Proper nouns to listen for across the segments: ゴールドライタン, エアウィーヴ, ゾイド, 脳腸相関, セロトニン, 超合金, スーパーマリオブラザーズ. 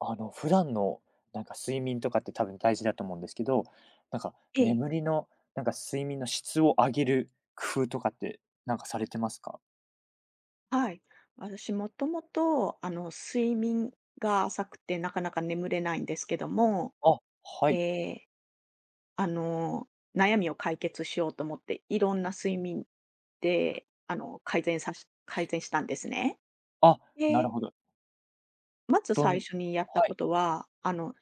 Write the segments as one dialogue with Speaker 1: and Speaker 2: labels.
Speaker 1: 普段の睡眠とかって多分大事だと思うんですけど、なんか
Speaker 2: ええ、
Speaker 1: 眠りの、睡眠の質を上げる工夫とかってされてますか？
Speaker 2: はい。私もともと、睡眠が浅くてなかなか眠れないんですけども、
Speaker 1: あ、はい。
Speaker 2: で、あの、悩みを解決しようと思って、いろんな睡眠で、改善したんですね。
Speaker 1: あ、なる
Speaker 2: で、
Speaker 1: ほど。
Speaker 2: まず
Speaker 1: ど
Speaker 2: 最
Speaker 1: ん
Speaker 2: 初にやった
Speaker 1: は
Speaker 2: こ
Speaker 1: い。
Speaker 2: とは、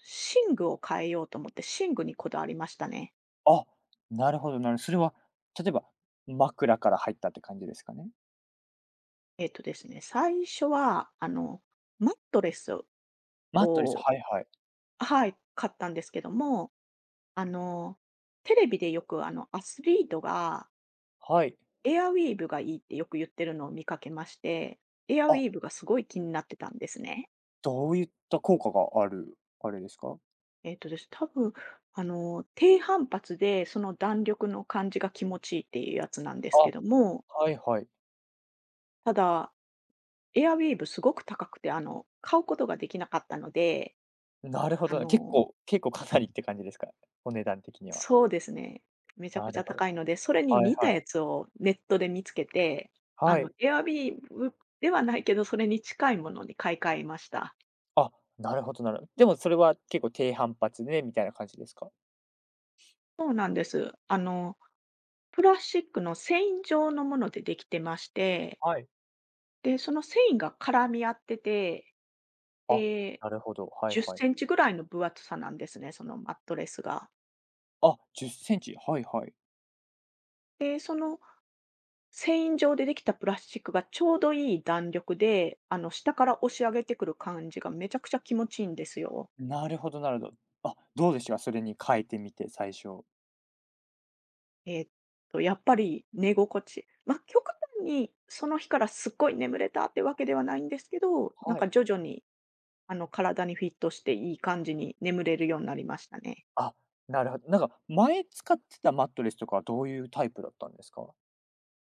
Speaker 2: 寝具を変えようと思って、寝具にこだわりましたね。
Speaker 1: あ、なるほど。それは例えば、枕から入ったって感じですかね？
Speaker 2: えっとですね、最初は、マットレス
Speaker 1: マットレス、
Speaker 2: を、
Speaker 1: はいはい。
Speaker 2: はい、買ったんですけども、あの、テレビでよくアスリートが
Speaker 1: はい。
Speaker 2: エアウィーヴがいいってよく言ってるのを見かけまして、エアウ
Speaker 1: あ、
Speaker 2: ィーヴがすごい気になってたんですね。
Speaker 1: どういった効果があるですか？
Speaker 2: えっとです、多分、低反発でその弾力の感じが気持ちいいっていうやつなんで
Speaker 1: あ、
Speaker 2: すけども、
Speaker 1: はいはい。
Speaker 2: ただ、エアウィーヴすごく高くて、買うことができなかったので、
Speaker 1: なるほ
Speaker 2: あ
Speaker 1: どな。結
Speaker 2: の
Speaker 1: 構結構かなりって感じですか？お値段的には。
Speaker 2: そうですね。めちゃ
Speaker 1: な
Speaker 2: くち
Speaker 1: る
Speaker 2: ゃ
Speaker 1: ほど。
Speaker 2: 高いので、それに
Speaker 1: はい
Speaker 2: 似
Speaker 1: は
Speaker 2: た
Speaker 1: い。
Speaker 2: やつをネットで見つけて、
Speaker 1: はい。
Speaker 2: Airb n b ではないけど、それに近いものに買い替えました。
Speaker 1: あ、なるほどなるほど。でもそれは結構低反発でねみたいな感じですか？
Speaker 2: そうなんです。プラスチックの繊維状のものでできてまして、
Speaker 1: はい。
Speaker 2: で、その繊維が絡み合ってて、
Speaker 1: あ、
Speaker 2: で、
Speaker 1: なるほど、はい
Speaker 2: 10セ
Speaker 1: はい。
Speaker 2: ンチぐらいの分厚さなんですね、そのマットレスが。
Speaker 1: あ、10センチ、はいはい。
Speaker 2: で、その繊維状でできたプラスチックがちょうどいい弾力で、下から押し上げてくる感じがめちゃくちゃ気持ちいいんですよ。
Speaker 1: なるほどなるほど。あ、どうでしたか？それに変えてみて、最初。
Speaker 2: えっやっぱり寝心地。まあ、極端にその日からすっごい眠れたってわけではないんですけど、なん
Speaker 1: は
Speaker 2: か
Speaker 1: い。
Speaker 2: 徐々に、体にフィットしていい感じに眠れるようになりましたね。
Speaker 1: あ、なるほど。なんか前使ってたマットレスとかはどういうタイプだったんですか？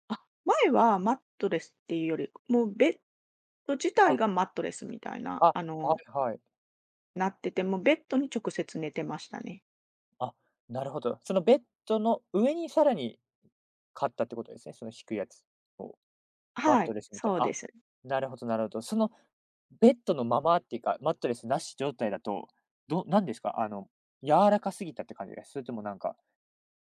Speaker 2: あ、前はマットレスっていうより、もうベッド自体
Speaker 1: あ、
Speaker 2: がマットレスみたいな、
Speaker 1: あ、はいはい。
Speaker 2: なってて、もうベッドに直接寝てましたね。
Speaker 1: あ、なるほど。そのベッドの上にさらに買ったってことですね、その低いやつを。マッ
Speaker 2: は
Speaker 1: ト
Speaker 2: い、
Speaker 1: レスみたい
Speaker 2: そう
Speaker 1: な。
Speaker 2: で
Speaker 1: あ、
Speaker 2: す。
Speaker 1: なるほどなるほど。そのベッドのままっていうか、マットレスなし状態だと、なんですか？柔らかすぎたって感じです？それともなんか、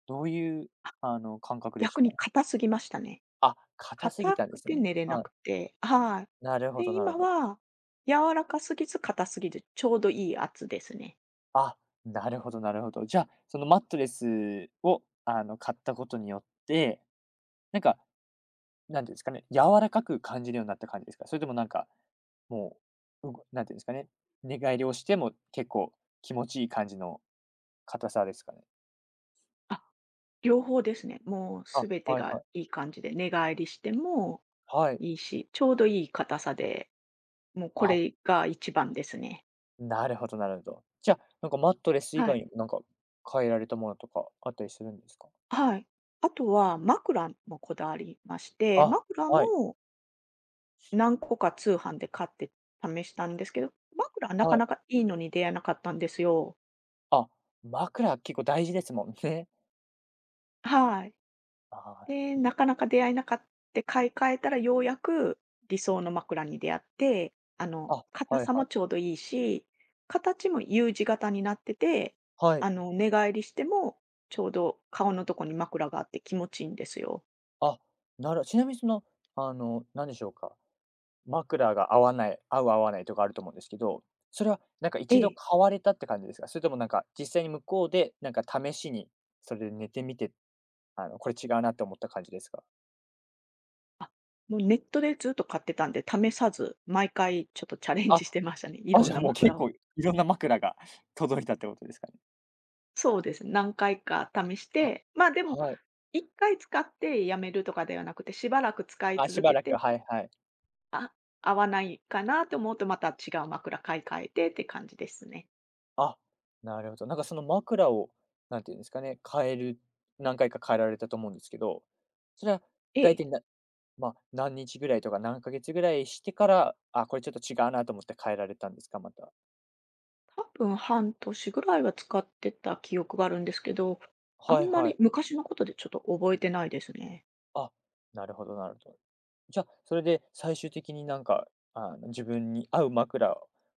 Speaker 1: どういう、あの、感覚でし
Speaker 2: 逆
Speaker 1: た？
Speaker 2: に硬すぎましたね。
Speaker 1: あ、硬すぎ
Speaker 2: 硬
Speaker 1: たんで
Speaker 2: く
Speaker 1: す
Speaker 2: て
Speaker 1: ね。
Speaker 2: 寝れな
Speaker 1: はい。
Speaker 2: くて、はい。
Speaker 1: なるほど
Speaker 2: で、
Speaker 1: なる
Speaker 2: 今
Speaker 1: ほど。
Speaker 2: は柔らかすぎず硬すぎず、ちょうどいい圧ですね。
Speaker 1: あ、なるほどなるほど。じゃあ、そのマットレスを、買ったことによって、なんかなんていうんですかね、柔らかく感じるようになった感じですか？それともなんか、もう、うなんていうんですかね、寝返りをしても結構気持ちいい感じの硬さですかね？
Speaker 2: あ、両方ですね。もう
Speaker 1: あ、
Speaker 2: すべて
Speaker 1: はい
Speaker 2: が
Speaker 1: はい。
Speaker 2: いい感じで、寝返りしても
Speaker 1: はい。
Speaker 2: いいし、ちょうどいい硬さで、もうこ
Speaker 1: あ、
Speaker 2: れが一番ですね。
Speaker 1: なるほどなるほど。じゃあ、マットレス以
Speaker 2: は
Speaker 1: 外
Speaker 2: い。
Speaker 1: に変えられたものとかあったりするんですか？
Speaker 2: はい。あとは枕もこだわりまして、
Speaker 1: あ、
Speaker 2: 枕
Speaker 1: はい、
Speaker 2: も何個か通販で買って試したんですけど、枕はなか
Speaker 1: はい。
Speaker 2: なかいいのに出会えなかったんですよ。
Speaker 1: あ、枕結構大事ですもんね。
Speaker 2: はい。
Speaker 1: あ
Speaker 2: で、なかなか出会えなかって買い替えたらようやく理想の枕に出会って、
Speaker 1: あ、あ、
Speaker 2: 硬
Speaker 1: はい
Speaker 2: さ
Speaker 1: は
Speaker 2: もち
Speaker 1: い。
Speaker 2: ょうどいいし、形も U 字型になってて、
Speaker 1: はい。
Speaker 2: 寝返りしてもちょうど顔のとこに枕があって気持ちいいんですよ。
Speaker 1: あ、ちなみにその、あの、なんでしょうか枕が合う合わないとかあると思うんですけど、それはなんか
Speaker 2: え
Speaker 1: 一度
Speaker 2: え。
Speaker 1: 買われたって感じですか？それともなんか実際に向こうで、なんか試しにそれで寝てみて、これ違うなって思った感じですか？
Speaker 2: あ、もうネットでずっと買ってたんで試さず、毎回ちょっとチャレン
Speaker 1: あ、
Speaker 2: ジしてましたね、い
Speaker 1: あ、
Speaker 2: ろん
Speaker 1: じゃあ
Speaker 2: な
Speaker 1: もう結
Speaker 2: 枕を。
Speaker 1: 構いろんな枕が 届いたってことですかね？
Speaker 2: そうですね、何回か試し
Speaker 1: あ、
Speaker 2: て、まあでも、
Speaker 1: はい。
Speaker 2: 1回使ってやめるとかではなくて、しばらく使い
Speaker 1: あ、し
Speaker 2: 続
Speaker 1: ば
Speaker 2: け
Speaker 1: ら
Speaker 2: て
Speaker 1: く、はいはい。
Speaker 2: あ、合わないかなと思うと、また違う枕買い替えてって感じですね。
Speaker 1: あ、なるほど。なんかその枕を、何て言うんですかね、変える何回か変えられたと思うんですけど、それは
Speaker 2: え
Speaker 1: 大
Speaker 2: え。
Speaker 1: 体なまあ、何日ぐらいとか何ヶ月ぐらいしてから、あ、これちょっと違うなと思って変えられたんですか？また。
Speaker 2: 多分半年ぐらいは使ってた記憶があるんですけど、あ
Speaker 1: は
Speaker 2: ん
Speaker 1: い
Speaker 2: ま
Speaker 1: は
Speaker 2: り
Speaker 1: い。
Speaker 2: 昔のことでちょっと覚えてないですね。
Speaker 1: あ、なるほどなるほど。じゃあ、それで最終的に自分に合う枕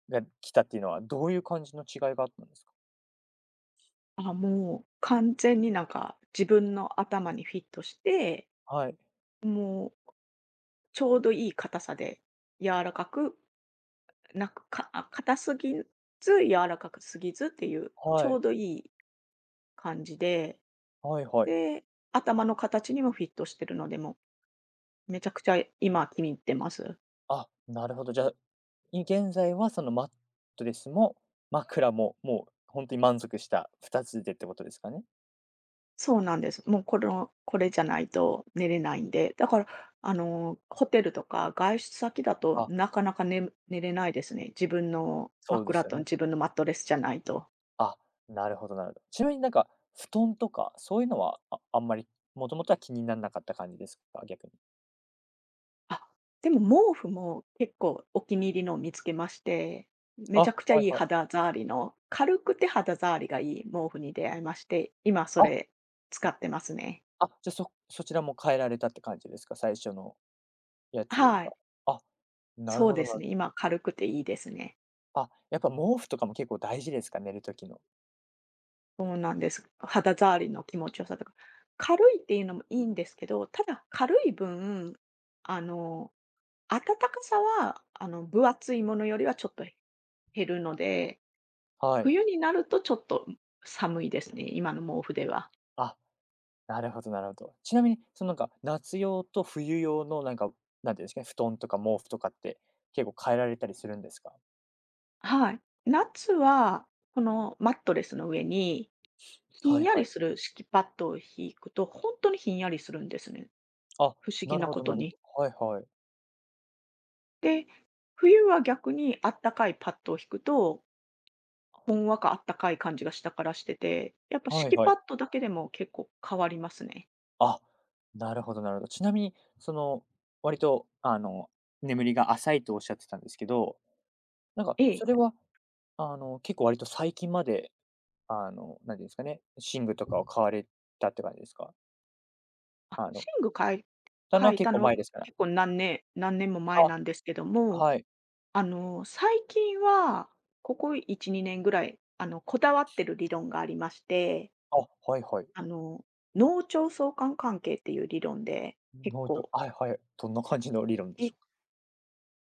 Speaker 1: が来たっていうのは、どういう感じの違いがあったんですか？
Speaker 2: あ、もう完全になんか自分の頭にフィットして、
Speaker 1: はい。
Speaker 2: もうちょうどいい硬さで柔らかく、なんか、硬すぎず、柔らかくすぎずっていう、ち
Speaker 1: は
Speaker 2: ょう
Speaker 1: い。
Speaker 2: どいい感じで、
Speaker 1: はいはい。
Speaker 2: で、頭の形にもフィットしてるので、もうめちゃくちゃ今気に入ってます。
Speaker 1: あ、なるほど。じゃあ、現在はそのマットレスも枕も、もう本当に満足した2つでってことですかね？
Speaker 2: そうなんです。もうこれじゃないと寝れないんで、だから、ホテルとか外出先だと
Speaker 1: あ、
Speaker 2: なかなか寝れないですね。自分の
Speaker 1: そうで
Speaker 2: 枕
Speaker 1: すよ
Speaker 2: と
Speaker 1: ね。
Speaker 2: 自分のマットレスじゃないと。
Speaker 1: あ、なるほどなるほど。ちなみに布団とか、そういうのは、あんまり、もともとは気になんなかった感じですか？逆に。
Speaker 2: あ、でも毛布も結構お気に入りのを見つけまして、めち
Speaker 1: あ、
Speaker 2: ゃくちゃ
Speaker 1: は
Speaker 2: い
Speaker 1: い
Speaker 2: い
Speaker 1: はい。
Speaker 2: 肌触りの、軽くて肌触りがいい毛布に出会いまして、今そ
Speaker 1: あ、
Speaker 2: れ使ってますね。
Speaker 1: あ、じゃ、そちらも変えられたって感じですか？最初のやつより
Speaker 2: はい。
Speaker 1: か。あ、なる
Speaker 2: そう
Speaker 1: ほど
Speaker 2: で
Speaker 1: な
Speaker 2: す
Speaker 1: る
Speaker 2: ね、今軽くていいですね。
Speaker 1: あ、やっぱ毛布とかも結構大事ですか？寝る時の。
Speaker 2: そうなんです。肌触りの気持ちよさとか。軽いっていうのもいいんですけど、ただ軽い分、あの、暖かさは、分厚いものよりはちょっと減るので、
Speaker 1: はい。
Speaker 2: 冬になるとちょっと寒いですね、今の毛布では。
Speaker 1: あ、なるほどなるほど。ちなみに、夏用と冬用のなんていうんですかね、布団とか毛布とかって、結構変えられたりするんですか？
Speaker 2: はい。夏は、このマットレスの上に、ひん
Speaker 1: はい
Speaker 2: や
Speaker 1: は
Speaker 2: り
Speaker 1: い。
Speaker 2: する敷きパッドを敷くと、本当にひんやりするんですね。
Speaker 1: あ、
Speaker 2: 不思議
Speaker 1: なる
Speaker 2: な
Speaker 1: ほ
Speaker 2: こ
Speaker 1: ど
Speaker 2: と
Speaker 1: なる
Speaker 2: に。
Speaker 1: ほど。はいはい。
Speaker 2: で、冬は逆にあったかいパッドを敷くとほんわかあったかい感じが下からしてて、やっぱ
Speaker 1: はい
Speaker 2: 敷き
Speaker 1: は
Speaker 2: パッ
Speaker 1: い。
Speaker 2: ドだけでも結構変わりますね。
Speaker 1: あ、なるほどなるほど。ちなみに、その、割と、眠りが浅いとおっしゃってたんですけど、
Speaker 2: ええ。
Speaker 1: それは、結構割と最近まで、なんていうんですかね、寝具とかを買われたって感じですか？
Speaker 2: あ、
Speaker 1: あの、
Speaker 2: 寝具かい
Speaker 1: たの
Speaker 2: 変
Speaker 1: は
Speaker 2: えた
Speaker 1: 結構
Speaker 2: のは
Speaker 1: 前ですから。
Speaker 2: 結構何年も前
Speaker 1: あ、
Speaker 2: なんですけども、
Speaker 1: はい。
Speaker 2: 最近は、ここ1、2年ぐらい、こだわってる理論がありまして、
Speaker 1: あ、はいはい。
Speaker 2: あの、脳腸相関関係っていう理論で、結
Speaker 1: 脳と、
Speaker 2: 構、
Speaker 1: はいはい。どんな感じの理論でし
Speaker 2: い
Speaker 1: ょうか？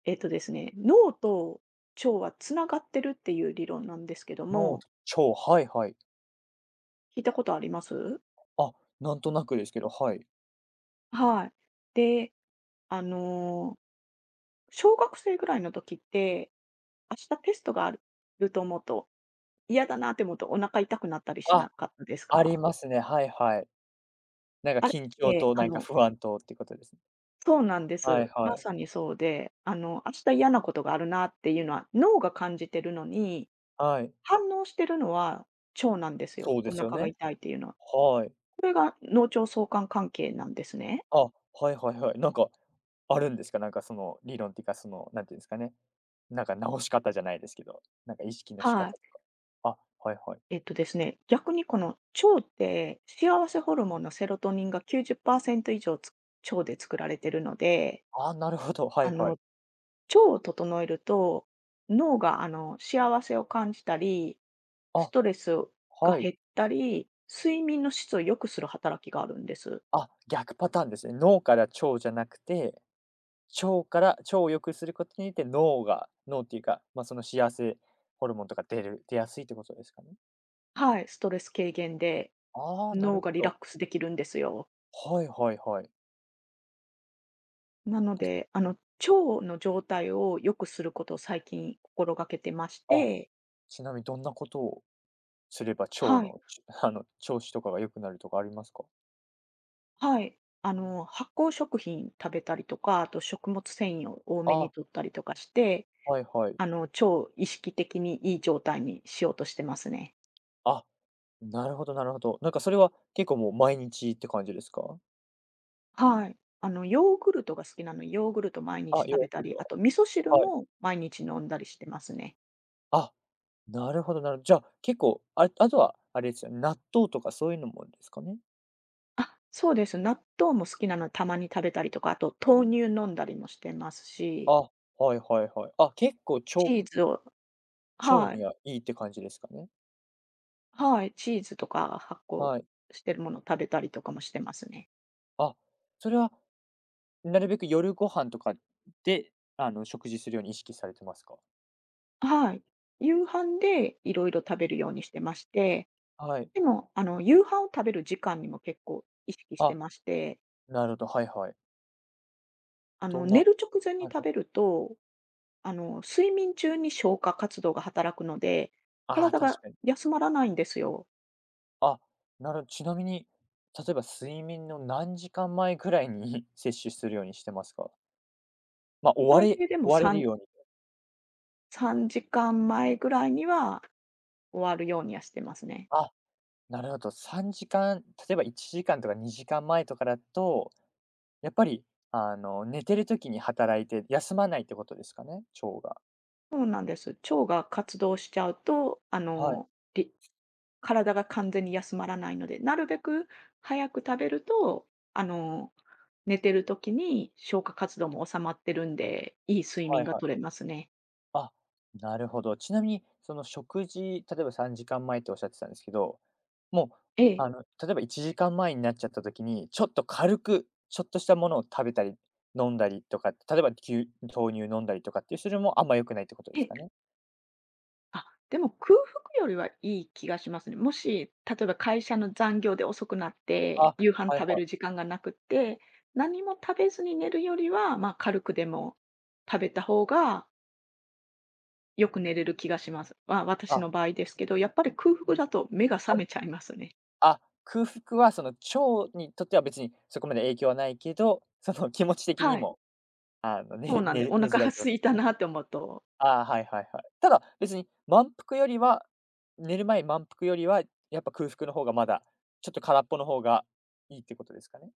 Speaker 2: えっとですね、脳と腸はつながってるっていう理論なんですけど
Speaker 1: 脳
Speaker 2: も、
Speaker 1: と腸、はいはい。
Speaker 2: 聞いたことあります？
Speaker 1: あ、なんとなくですけど、はい。
Speaker 2: はい。で、あの、小学生ぐらいの時って、明日テストがあると思うと、嫌だなって思うとお腹痛くなったりし
Speaker 1: あ、
Speaker 2: なかったです
Speaker 1: あり
Speaker 2: か？
Speaker 1: ますね。はいはい。なんか
Speaker 2: あれ
Speaker 1: 緊張
Speaker 2: って、
Speaker 1: と
Speaker 2: あの
Speaker 1: 不安とってことですね。
Speaker 2: そうなんで
Speaker 1: はい
Speaker 2: す。
Speaker 1: は
Speaker 2: ま
Speaker 1: い。
Speaker 2: さにそうで、明日嫌なことがあるなっていうのは脳が感じてるのに、
Speaker 1: はい。
Speaker 2: 反応してるのは腸なんです
Speaker 1: そ
Speaker 2: よ、
Speaker 1: う
Speaker 2: お
Speaker 1: ですよ
Speaker 2: 腹が
Speaker 1: ね。
Speaker 2: 痛いっていうのは。
Speaker 1: はい。
Speaker 2: これが脳腸相関関係なんですね。
Speaker 1: あ、はいはいはい。なんか、あるんですか？その理論っていうか、その、なんていうんですかね、なんか直し方じゃないですけど、なんか意識の仕方
Speaker 2: は
Speaker 1: と
Speaker 2: い。
Speaker 1: か。あ、はいはい。
Speaker 2: えっとですね、逆にこの腸って幸せホルモンのセロトニンが90%以上腸で作られてるので、
Speaker 1: あ、なるほど、は
Speaker 2: あ
Speaker 1: いは
Speaker 2: の、
Speaker 1: い。
Speaker 2: 腸を整えると、脳が幸せを感じたり、ス
Speaker 1: あ、
Speaker 2: トレスが
Speaker 1: はい。
Speaker 2: 減ったり、睡眠の質を良くする働きがあるんです。
Speaker 1: あ、逆パターンですね。脳から腸じゃなくて、腸から腸を良くすることによって脳っていうか、ま、その幸せホルモンとか出やすいってことですかね？
Speaker 2: はい、ストレス軽減で
Speaker 1: ああ、なる
Speaker 2: 脳が
Speaker 1: ほ
Speaker 2: リラッ
Speaker 1: ど。
Speaker 2: クスできるんですよ。
Speaker 1: はいはいはい。
Speaker 2: なの
Speaker 1: です
Speaker 2: で、腸の状態を良くすることを最近心がけてまし
Speaker 1: あ、
Speaker 2: て、
Speaker 1: ちなみにどんなことを？すれば腸
Speaker 2: はい。
Speaker 1: の、調子とかが良くなるとかありますか？
Speaker 2: はい。発酵食品食べたりとか、あと食物繊維を多めに
Speaker 1: あ、
Speaker 2: 摂ったりとかして、
Speaker 1: はいはい。
Speaker 2: 超意識的にいい状態にしようとしてますね。
Speaker 1: あ、なるほどなるほど。なんかそれは結構もう毎日って感じですか？
Speaker 2: はい。ヨーグルトが好きなので、ヨーグルト毎日
Speaker 1: あ、
Speaker 2: 食
Speaker 1: ヨ
Speaker 2: べ
Speaker 1: ー
Speaker 2: た
Speaker 1: グル
Speaker 2: り、
Speaker 1: ト
Speaker 2: あ
Speaker 1: は、
Speaker 2: と味噌汁
Speaker 1: はい。
Speaker 2: も毎日飲んだりしてますね。
Speaker 1: あ、なるほどなるほど。じゃあ、結構、あ、あとはあれですよね、納豆とかそういうのもですかね？
Speaker 2: あ、そうです。納豆も好きなのでたまに食べたりとか、あと豆乳飲んだりもしてますし、
Speaker 1: あ、はいはいはい。あ、結構
Speaker 2: チーズを
Speaker 1: 腸
Speaker 2: はい、
Speaker 1: にはいいって感じですかね？
Speaker 2: はい、チーズとか発酵
Speaker 1: はい。
Speaker 2: してるものを食べたりとかもしてますね。
Speaker 1: あ、それはなるべく夜ご飯とかで、食事するように意識されてますか？
Speaker 2: はい。夕飯でいろいろ食べるようにしてまして、
Speaker 1: はい。
Speaker 2: でも、夕飯を食べる時間にも結構意識して
Speaker 1: あ、
Speaker 2: まして、
Speaker 1: なるほど、はいはい。どんな
Speaker 2: 寝
Speaker 1: は
Speaker 2: る直前
Speaker 1: い
Speaker 2: に
Speaker 1: はい。
Speaker 2: 食べると、睡眠中に消化活動が働くので、
Speaker 1: ああ、
Speaker 2: 体
Speaker 1: 確
Speaker 2: が
Speaker 1: かに。
Speaker 2: 休まらないんですよ。
Speaker 1: あ、ちなみに、例えば睡眠の何時間前ぐらいに 摂取するようにしてますか？まあ、
Speaker 2: 最低でも
Speaker 1: 終われるように。
Speaker 2: 3時間前ぐらいには終わるようにはしてますね。
Speaker 1: あ、なるほど。3時間、例えば1時間とか2時間前とかだと、やっぱり、寝てる時に働いて休まないってことですかね、腸が。
Speaker 2: そうなんです。腸が活動しちゃうと、
Speaker 1: はい。
Speaker 2: り体が完全に休まらないので、なるべく早く食べると、あの、寝てる時に消化活動も収まってるんで、いい睡
Speaker 1: は
Speaker 2: 眠
Speaker 1: い
Speaker 2: が
Speaker 1: はい。
Speaker 2: 取れますね。
Speaker 1: あ、なるほど。ちなみに、その食事、例えば3時間前っておっしゃってたんですけど、もう、
Speaker 2: ええ、
Speaker 1: あの、例えば1時間前になっちゃった時に、ちょっと軽く、ちょっとしたものを食べたり、飲んだりとか、例えば、豆乳飲んだりとかっていう、それもあんま良くないってことで
Speaker 2: え
Speaker 1: す
Speaker 2: え、
Speaker 1: かね？
Speaker 2: あ、でも空腹よりはいい気がしますね。もし、例えば会社の残業で遅くなっ
Speaker 1: あ、
Speaker 2: て、夕飯
Speaker 1: はい
Speaker 2: 食べ
Speaker 1: は
Speaker 2: る時
Speaker 1: い。
Speaker 2: 間がなくって、何も食べずに寝るよりは、ま、軽くでも食べた方がよく寝れる気がします。ま、私
Speaker 1: あ、
Speaker 2: の場合ですけど、やっぱり空腹だと目が覚
Speaker 1: あ
Speaker 2: めちゃいますね。
Speaker 1: あ、空腹はその腸にとっては別にそこまで影響はないけど、その気持ち的
Speaker 2: は
Speaker 1: に
Speaker 2: い。
Speaker 1: も、寝
Speaker 2: そう
Speaker 1: ね
Speaker 2: なんで、
Speaker 1: 寝
Speaker 2: お
Speaker 1: 寝
Speaker 2: 腹
Speaker 1: づら
Speaker 2: が
Speaker 1: いってこと
Speaker 2: 空
Speaker 1: で
Speaker 2: い
Speaker 1: すか
Speaker 2: た
Speaker 1: ね？
Speaker 2: なって思うと、
Speaker 1: ああ、はいはいはい。ただ、別に満腹よりは寝る前満腹よりは、やっぱ空腹の方がまだ、ちょっと空っぽの方がいいってことですかね？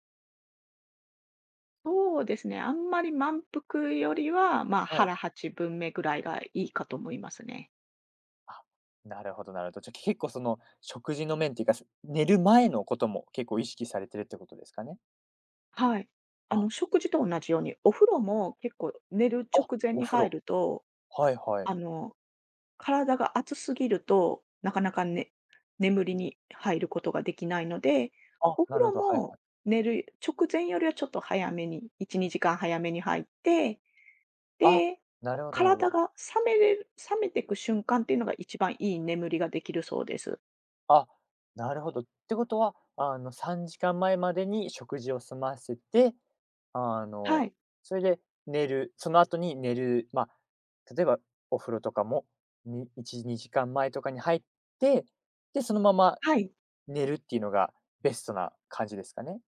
Speaker 2: そうですね、あんまり満腹よりは、まあ、
Speaker 1: はい。
Speaker 2: 腹8分目ぐらいがいいかと思いますね。
Speaker 1: あ、なるほどなるほど。じゃ、結構その食事の面っていうか、寝る前のことも結構意識されてるってことですかね？
Speaker 2: はい。
Speaker 1: あ、
Speaker 2: 食事と同じように、お風呂も結構寝る
Speaker 1: あ、
Speaker 2: 直前
Speaker 1: お
Speaker 2: に
Speaker 1: 風
Speaker 2: 入
Speaker 1: 呂。
Speaker 2: ると、
Speaker 1: はいはい。
Speaker 2: あの、体が熱すぎると、なかなかね眠りに入ることができないので、
Speaker 1: あ、
Speaker 2: お風
Speaker 1: なるほ
Speaker 2: 呂
Speaker 1: ど、はいは
Speaker 2: も
Speaker 1: い。
Speaker 2: 寝る直前よりはちょっと早めに、1、2時間早めに入って
Speaker 1: あ、
Speaker 2: で、
Speaker 1: な
Speaker 2: こ
Speaker 1: る
Speaker 2: う
Speaker 1: ほどなるほ
Speaker 2: 体
Speaker 1: ど。
Speaker 2: が冷めていく瞬間っていうのが一番いい眠りができるそうです。
Speaker 1: あ、なるほど。ってことは、3時間前までに食事を済ませて、あ
Speaker 2: は
Speaker 1: の、
Speaker 2: い。
Speaker 1: それで寝る、その後に寝る、まあ、例えばお風呂とかも、1、2時間前とかに入って、で、そのまま
Speaker 2: はい。
Speaker 1: 寝るっていうのがベストな感じですかね。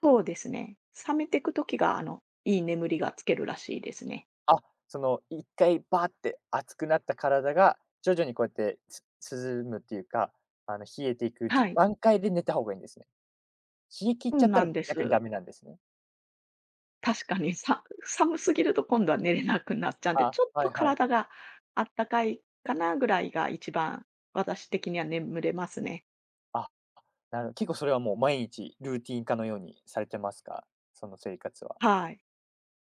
Speaker 2: そうですね。冷めていく時が、いい眠りがつけるらしいですね。
Speaker 1: あ、その一回バーって熱くなった体が徐々にこうやって、す涼むっていうか、冷えていく、
Speaker 2: はい。
Speaker 1: 段階で寝た方がいいんですね。冷え切っ
Speaker 2: そ
Speaker 1: ち
Speaker 2: う
Speaker 1: ゃった
Speaker 2: な
Speaker 1: ら
Speaker 2: んで
Speaker 1: 逆に
Speaker 2: す。
Speaker 1: ダメなんですね。
Speaker 2: 確かに、寒すぎると今度は寝れなくなっちゃうんで、
Speaker 1: あ、
Speaker 2: ちょっ
Speaker 1: は
Speaker 2: と
Speaker 1: いはい。
Speaker 2: 体があったかいかなぐらいが一番、私的には眠れますね。
Speaker 1: あ、結構それはもう毎日ルーティン化のようにされてますか？その生活は。
Speaker 2: はい。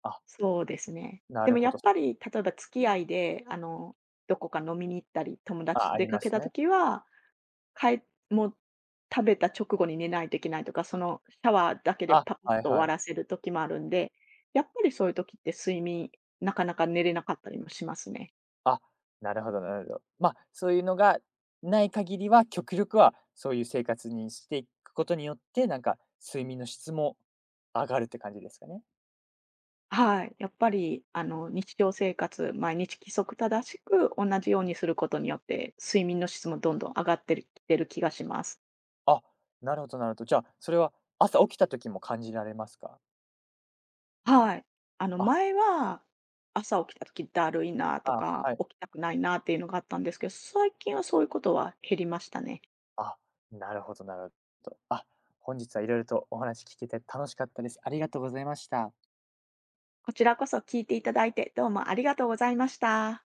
Speaker 1: あ、
Speaker 2: そうですね。
Speaker 1: な
Speaker 2: でも
Speaker 1: る
Speaker 2: や
Speaker 1: ほど。
Speaker 2: っぱり、例えば付き合いで、どこか飲みに行ったり、友達
Speaker 1: あ、
Speaker 2: と
Speaker 1: あ
Speaker 2: 出
Speaker 1: り
Speaker 2: か
Speaker 1: ま
Speaker 2: け
Speaker 1: す
Speaker 2: た
Speaker 1: ね。
Speaker 2: 時は、帰っもう食べた直後に寝ないといけないとか、そのシャワーだけで
Speaker 1: あ、
Speaker 2: パッ
Speaker 1: はい
Speaker 2: と終
Speaker 1: は
Speaker 2: わ
Speaker 1: い。
Speaker 2: らせる時もあるんで、やっぱりそういう時って睡眠、なかなか寝れなかったりもしますね。
Speaker 1: あ、なるほどなるほど。まあ、そういうのがない限りは、極力はそういう生活にしていくことによって、なんか睡眠の質も上がるって感じですかね？
Speaker 2: はい。やっぱり、日常生活、毎日規則正しく同じようにすることによって、睡眠の質もどんどん上がってるきてる気がします。
Speaker 1: あ、なるほどなるほど。じゃあ、それは朝起きた時も感じられますか？
Speaker 2: はい。
Speaker 1: あ、
Speaker 2: 前は、朝起きた時だるいなと
Speaker 1: あ、
Speaker 2: か、
Speaker 1: はい。
Speaker 2: 起きたくないなっていうのがあったんですけど、最近はそういうことは減りましたね。
Speaker 1: あ、なるほどなるほど。あ、本日はいろいろとお話聞けて楽しかったです。ありがとうございました。
Speaker 2: こちらこそ聞いていただいて、どうもありがとうございました。